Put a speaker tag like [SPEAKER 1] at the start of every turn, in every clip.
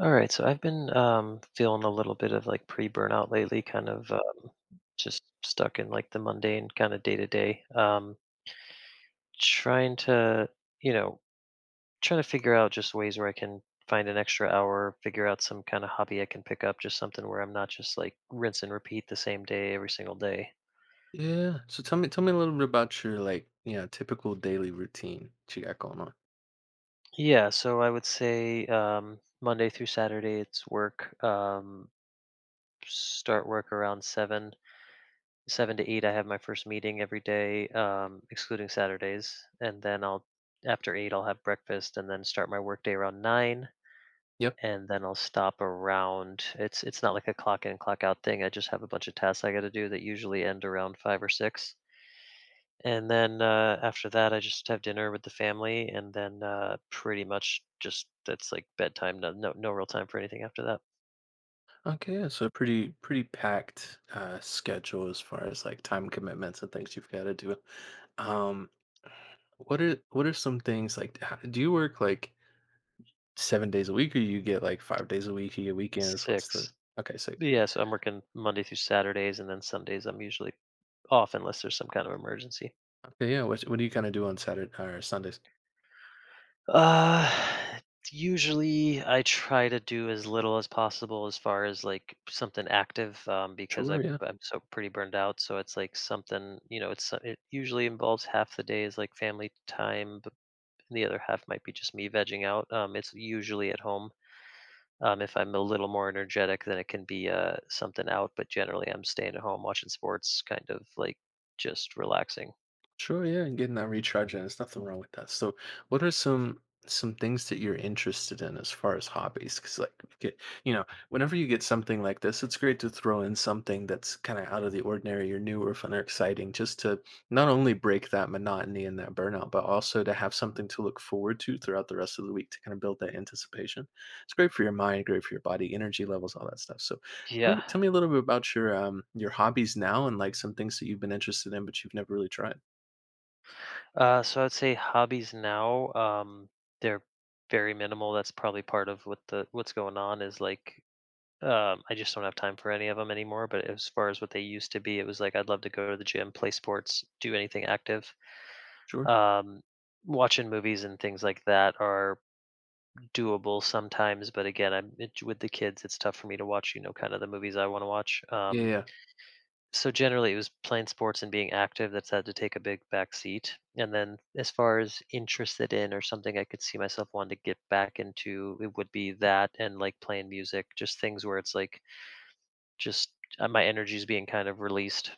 [SPEAKER 1] All right, so I've been feeling a little bit of like pre-burnout lately, kind of just stuck in like the mundane kind of day to day. Trying to, you know, trying to figure out just ways where I can find an extra hour, figure out some kind of hobby I can pick up, just something where I'm not just like rinse and repeat the same day every single day.
[SPEAKER 2] Yeah. So tell me a little bit about your like, you know, typical daily routine that you got going on.
[SPEAKER 1] Yeah, so I would say Monday through Saturday it's work. Start work around seven 7 to 8. I have my first meeting every day, excluding Saturdays, and then I'll after 8 I'll have breakfast and then start my workday around 9.
[SPEAKER 2] Yep.
[SPEAKER 1] And then I'll stop around it's not like a clock in clock out thing. I just have a bunch of tasks I got to do that usually end around 5 or 6. And then after that I just have dinner with the family, and then pretty much just that's like bedtime. No, no, no real time for anything after that.
[SPEAKER 2] Okay, yeah. So pretty packed schedule as far as like time commitments and things you've got to do. Um what are some things like how, do you work like 7 days a week or you get like 5 days a week, you get weekends? What's the
[SPEAKER 1] 6.
[SPEAKER 2] Okay, so
[SPEAKER 1] Yeah, so I'm working Monday through Saturdays, and then Sundays I'm usually off unless there's some kind of emergency.
[SPEAKER 2] okay, yeah, what do you kind of do on Saturday or Sundays?
[SPEAKER 1] Uh, usually I try to do as little as possible as far as like something active, because I
[SPEAKER 2] Sure, yeah.
[SPEAKER 1] I'm so pretty burned out. So it's like something you know, it's so- it usually involves half the day is like family time, but the other half might be just me vegging out. It's usually at home. If I'm a little more energetic, then it can be something out. But generally, I'm staying at home watching sports, kind of like just relaxing.
[SPEAKER 2] Sure, yeah, and getting that recharge in, there's nothing wrong with that. So, what are some things that you're interested in as far as hobbies? Because, like, you get, you know, whenever you get something like this, it's great to throw in something that's kind of out of the ordinary or new or fun or exciting, just to not only break that monotony and that burnout, but also to have something to look forward to throughout the rest of the week to kind of build that anticipation. It's great for your mind, great for your body, energy levels, all that stuff. So, tell
[SPEAKER 1] Yeah.
[SPEAKER 2] me, tell me a little bit about your hobbies now and like some things that you've been interested in but you've never really tried.
[SPEAKER 1] So I'd say hobbies now, they're very minimal. That's probably part of what's going on is like I just don't have time for any of them anymore. But as far as what they used to be, it was like I'd love to go to the gym, play sports, do anything active.
[SPEAKER 2] Sure.
[SPEAKER 1] Um, watching movies and things like that are doable sometimes, but again, I'm it, with the kids. It's tough for me to watch, kind of the movies I want to watch.
[SPEAKER 2] Yeah, yeah,
[SPEAKER 1] Um,
[SPEAKER 2] yeah.
[SPEAKER 1] so generally, it was playing sports and being active that's had to take a big back seat. And then, as far as interested in or something I could see myself wanting to get back into, it would be that and like playing music, just things where it's like just my energy is being kind of released.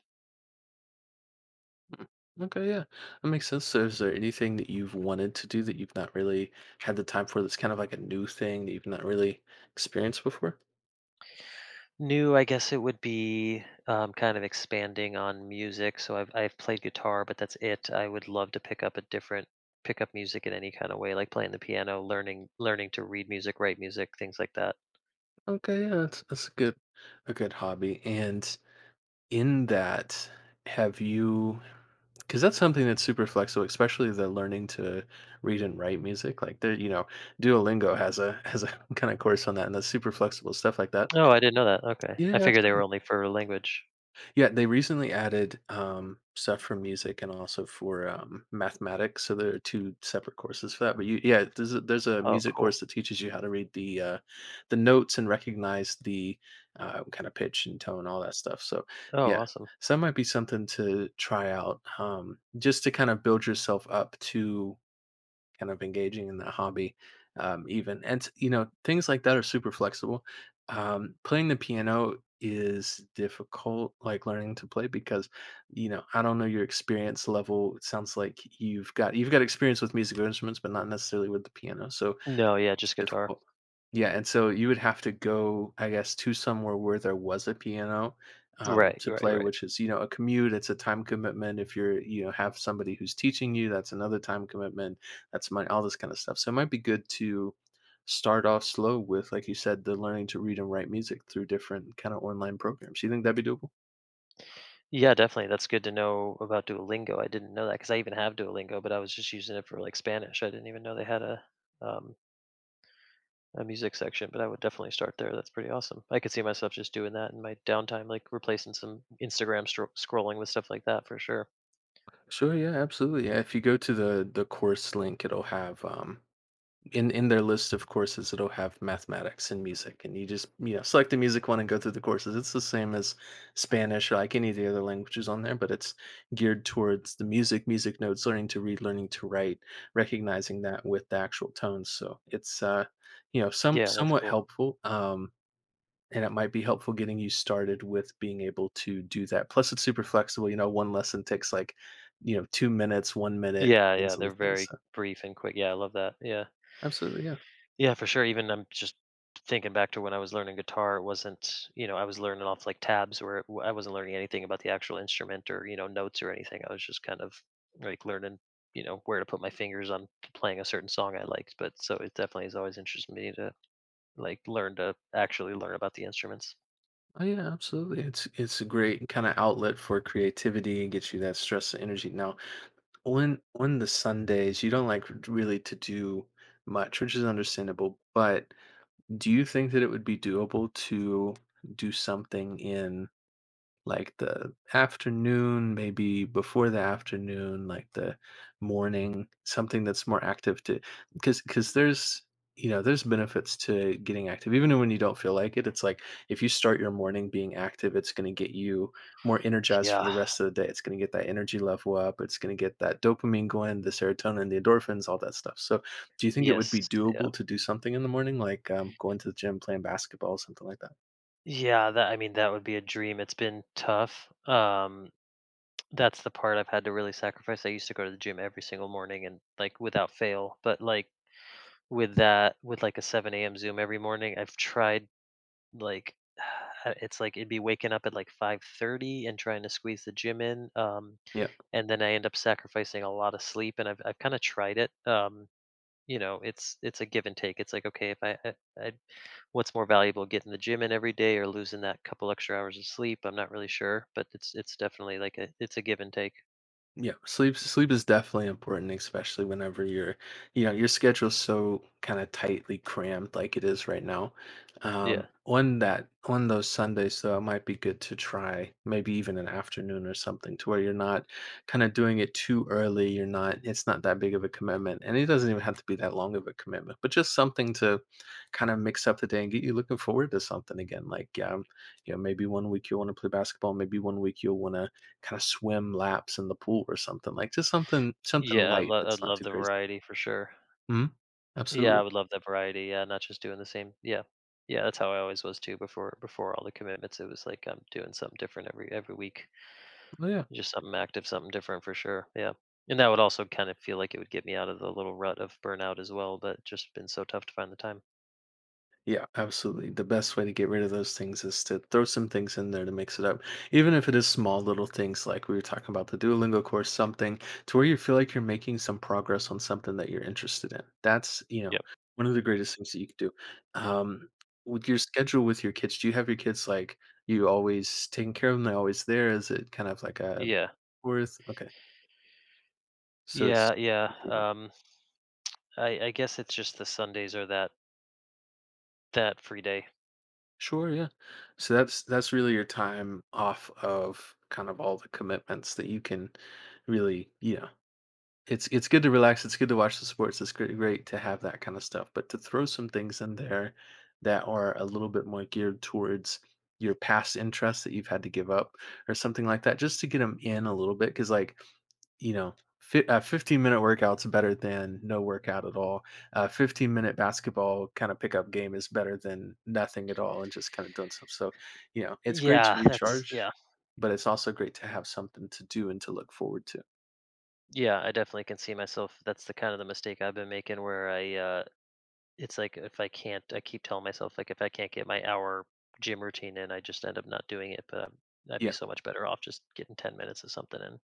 [SPEAKER 2] Mm, mm, okay, yeah. That makes sense. So is there anything that you've wanted to do that you've not really had the time for that's kind of like a new thing that you've not really experienced before?
[SPEAKER 1] New, I guess it would be kind of expanding on music. So I've played guitar, but that's it. I would love to pick up music in any kind of way, like playing the piano, learning to read music, write music, things like that.
[SPEAKER 2] Okay, yeah, that's a good hobby. And in that, have you Because that's something that's super flexible, especially the learning to read and write music. Like there, you know, Duolingo has a kind of course on that, and that's super flexible stuff like that.
[SPEAKER 1] Oh, I didn't know that. Okay,
[SPEAKER 2] Yeah,
[SPEAKER 1] I figured they were
[SPEAKER 2] absolutely.
[SPEAKER 1] only for language.
[SPEAKER 2] Yeah, they recently added stuff for music and also for mathematics. So there are two separate courses for that. But you, yeah, there's a
[SPEAKER 1] Oh,
[SPEAKER 2] music
[SPEAKER 1] cool.
[SPEAKER 2] course that teaches you how to read the notes and recognize the kind of pitch and tone, all that stuff. So
[SPEAKER 1] Oh,
[SPEAKER 2] yeah,
[SPEAKER 1] awesome.
[SPEAKER 2] so that might be something to try out, just to kind of build yourself up to kind of engaging in that hobby, even and you know things like that are super flexible, playing the piano is difficult like learning to play because you know I don't know your experience level. It sounds like you've got experience with musical instruments but not necessarily with the piano, so
[SPEAKER 1] No, yeah,
[SPEAKER 2] it's
[SPEAKER 1] just guitar.
[SPEAKER 2] difficult. Yeah, and so you would have to go, I guess, to somewhere where there was a piano,
[SPEAKER 1] Right,
[SPEAKER 2] to
[SPEAKER 1] right,
[SPEAKER 2] play,
[SPEAKER 1] right.
[SPEAKER 2] which is, you know, a commute, it's a time commitment. If you're, you know, have somebody who's teaching you, that's another time commitment. That's money, all this kind of stuff. So it might be good to start off slow with, like you said, the learning to read and write music through different kind of online programs. You think that'd be doable?
[SPEAKER 1] Yeah, definitely. That's good to know about Duolingo. I didn't know that because I even have Duolingo, but I was just using it for like Spanish. I didn't even know they had um, a music section, but I would definitely start there. That's pretty awesome. I could see myself just doing that in my downtime, like replacing some Instagram stro scrolling with stuff like that for sure.
[SPEAKER 2] Sure, yeah, absolutely. Yeah, if you go to the course link, it'll have in their list of courses it'll have mathematics and music, and you just, you know, select the music one and go through the courses. It's the same as Spanish or like any of the other languages on there, but it's geared towards the music, music notes, learning to read, learning to write, recognizing that with the actual tones. So it's you know,
[SPEAKER 1] Yeah, that's
[SPEAKER 2] somewhat
[SPEAKER 1] cool.
[SPEAKER 2] helpful. And it might be helpful getting you started with being able to do that, plus it's super flexible. You know, one lesson takes like, you know, 2 minutes, one minute,
[SPEAKER 1] Yeah, yeah,
[SPEAKER 2] depends on
[SPEAKER 1] they're
[SPEAKER 2] the thing.
[SPEAKER 1] very
[SPEAKER 2] So
[SPEAKER 1] brief and quick. Yeah, I love that. Yeah.
[SPEAKER 2] absolutely, yeah.
[SPEAKER 1] Yeah, for sure. Even I'm just thinking back to when I was learning guitar, it wasn't, I was learning off like tabs where I wasn't learning anything about the actual instrument or, notes or anything. I was just kind of like learning, where to put my fingers on playing a certain song I liked. But so it definitely has always interested me to actually learn about the instruments.
[SPEAKER 2] Oh yeah, absolutely. It's a great kind of outlet for creativity and gets you that stress and energy. Now, on the Sundays, you don't like really to do much, which is understandable. But do you think that it would be doable to do something in like the afternoon, maybe before the afternoon, like the morning, something that's more active to because there's you know there's benefits to getting active even when you don't feel like it. It's like if you start your morning being active it's going to get you more energized for
[SPEAKER 1] Yeah.
[SPEAKER 2] the rest of the day, it's going to get that energy level up, it's going to get that dopamine going, the serotonin, the endorphins, all that stuff. So do you think it would
[SPEAKER 1] Yes.
[SPEAKER 2] be
[SPEAKER 1] Yeah.
[SPEAKER 2] doable to do something in the morning, like going to the gym, playing basketball, something like that?
[SPEAKER 1] Yeah. That, I mean, that would be a dream. It's been tough. That's the part I've had to really sacrifice. I used to go to the gym every single morning and like without fail, but like with that, with like a 7 a.m. Zoom every morning, I've tried like it's like it'd be waking up at like 5:30 and trying to squeeze the gym in
[SPEAKER 2] Yeah.
[SPEAKER 1] and then I end up sacrificing a lot of sleep, and I've kind of tried it. It's a give and take. It's like, okay, if I what's more valuable, getting the gym in every day or losing that couple extra hours of sleep? I'm not really sure, but it's definitely like a it's a give and take.
[SPEAKER 2] Yeah, sleep is definitely important, especially whenever you're, you know, your schedule's so kind of tightly crammed like it is right now.
[SPEAKER 1] Yeah.
[SPEAKER 2] On that on those Sundays though, it might be good to try maybe even an afternoon or something to where you're not kind of doing it too early. You're not it's not that big of a commitment, and it doesn't even have to be that long of a commitment, but just something to kind of mix up the day and get you looking forward to something again. Like, you know, maybe one week you'll want to play basketball, maybe one week you'll want to kind of swim laps in the pool or something, like, just something
[SPEAKER 1] Yeah, i
[SPEAKER 2] light
[SPEAKER 1] lo- i'd
[SPEAKER 2] that's not
[SPEAKER 1] love
[SPEAKER 2] too
[SPEAKER 1] the
[SPEAKER 2] crazy.
[SPEAKER 1] variety for sure.
[SPEAKER 2] Mhm.
[SPEAKER 1] Yeah, I
[SPEAKER 2] Absolutely.
[SPEAKER 1] would love that variety. Yeah, not just doing the same. Yeah. Yeah, that's how I always was too, before all the commitments. It was like I'm doing something different every week.
[SPEAKER 2] Oh, yeah.
[SPEAKER 1] Just something active, something different for sure. Yeah. And that would also kind of feel like it would get me out of the little rut of burnout as well, but just been so tough to find the time.
[SPEAKER 2] Yeah, absolutely. The best way to get rid of those things is to throw some things in there to mix it up, even if it is small little things like we were talking about the Duolingo course, something to where you feel like you're making some progress on something that you're interested in. That's, you know,
[SPEAKER 1] Yep.
[SPEAKER 2] one of the greatest things that you could do. Um, with your schedule with your kids, do you have your kids, like, you always taking care of them? 'Em, they're always there? Is it kind of like a
[SPEAKER 1] Yeah.
[SPEAKER 2] worth okay. So it's
[SPEAKER 1] Yeah, yeah.
[SPEAKER 2] pretty frequent.
[SPEAKER 1] I guess it's just the Sundays are that free day.
[SPEAKER 2] Sure, yeah. So that's really your time off of kind of all the commitments that you can really, you know, it's good to relax, it's good to watch the sports, it's great, great to have that kind of stuff, but to throw some things in there that are a little bit more geared towards your past interests that you've had to give up or something like that just to get them in a little bit. Because like, you know, 15-minute workouts better than no workout at all. 15-minute basketball kind of pickup game is better than nothing at all and just kind of doing some. So, you know, it's great to
[SPEAKER 1] Yeah, that's, yeah,
[SPEAKER 2] recharge, but it's also great to have something to do and to look forward to.
[SPEAKER 1] yeah. I definitely can see myself. That's the kind of the mistake I've been making where I, it's like if I can't, I keep telling myself like if I can't get my hour gym routine in, I just end up not doing it. But I'd be
[SPEAKER 2] Yeah.
[SPEAKER 1] so much better off just getting 10 minutes of something in.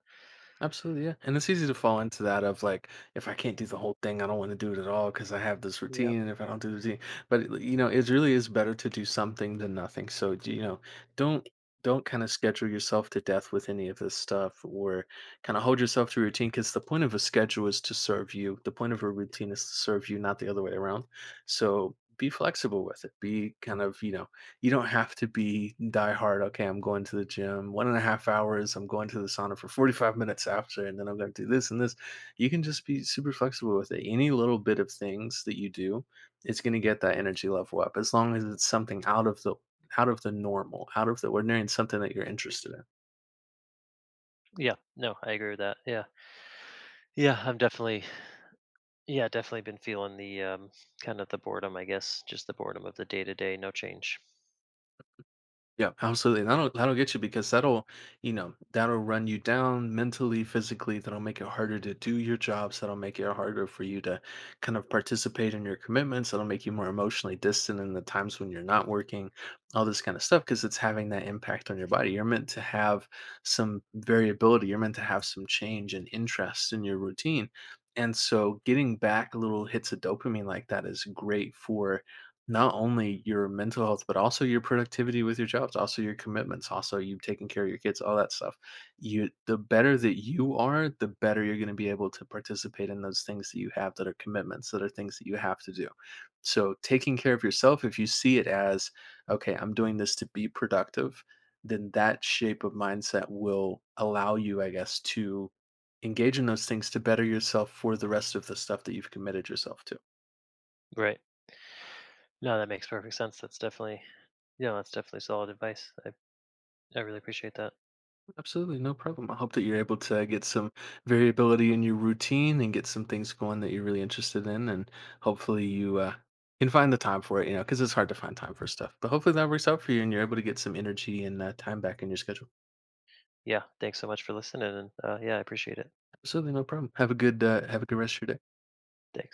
[SPEAKER 2] Absolutely, yeah, and it's easy to fall into that of like, if I can't do the whole thing, I don't want to do it at all because I have this
[SPEAKER 1] Yep.
[SPEAKER 2] routine, and if I don't do the routine, but it, you know, it really is better to do something than nothing. So do you know, don't don't kind of schedule yourself to death with any of this stuff, or kind of hold yourself to a routine, because the point of a schedule is to serve you. The point of a routine is to serve you, not the other way around. So be flexible with it. Be kind of you know you don't have to be die hard. Okay, I'm going to the gym 1.5 hours. I'm going to the sauna for 45 minutes after, and then I'm going to do this and this. You can just be super flexible with it. Any little bit of things that you do, it's going to get that energy level up as long as it's something out of the normal, out of the ordinary, and something that you're interested in.
[SPEAKER 1] Yeah. No, I agree with that. Yeah. Yeah. I'm definitely, yeah, definitely been feeling the kind of the boredom. I guess just the boredom of the day to day, no change.
[SPEAKER 2] Yeah, absolutely. And that'll get you because that'll, you know, that'll run you down mentally, physically, that'll make it harder to do your jobs, that'll make it harder for you to kind of participate in your commitments, that'll make you more emotionally distant in the times when you're not working, all this kind of stuff because it's having that impact on your body. You're meant to have some variability, you're meant to have some change and interest in your routine. And so getting back little hits of dopamine like that is great for not only your mental health, but also your productivity with your jobs, also your commitments, also you taking care of your kids, all that stuff. You the better that you are, the better you're gonna be able to participate in those things that you have that are commitments, that are things that you have to do. So taking care of yourself, if you see it as, okay, I'm doing this to be productive, then that shape of mindset will allow you, I guess, to engage in those things to better yourself for the rest of the stuff that you've committed yourself to.
[SPEAKER 1] Right. No, that makes perfect sense. That's definitely solid advice. I really appreciate that.
[SPEAKER 2] Absolutely, no problem. I hope that you're able to get some variability in your routine and get some things going that you're really interested in, and hopefully you can find the time for it. You know, because it's hard to find time for stuff, but hopefully that works out for you, and you're able to get some energy and time back in your schedule.
[SPEAKER 1] Yeah. Thanks so much for listening. And yeah, I appreciate it.
[SPEAKER 2] Absolutely, no problem. Have a good rest of your day.
[SPEAKER 1] Thanks.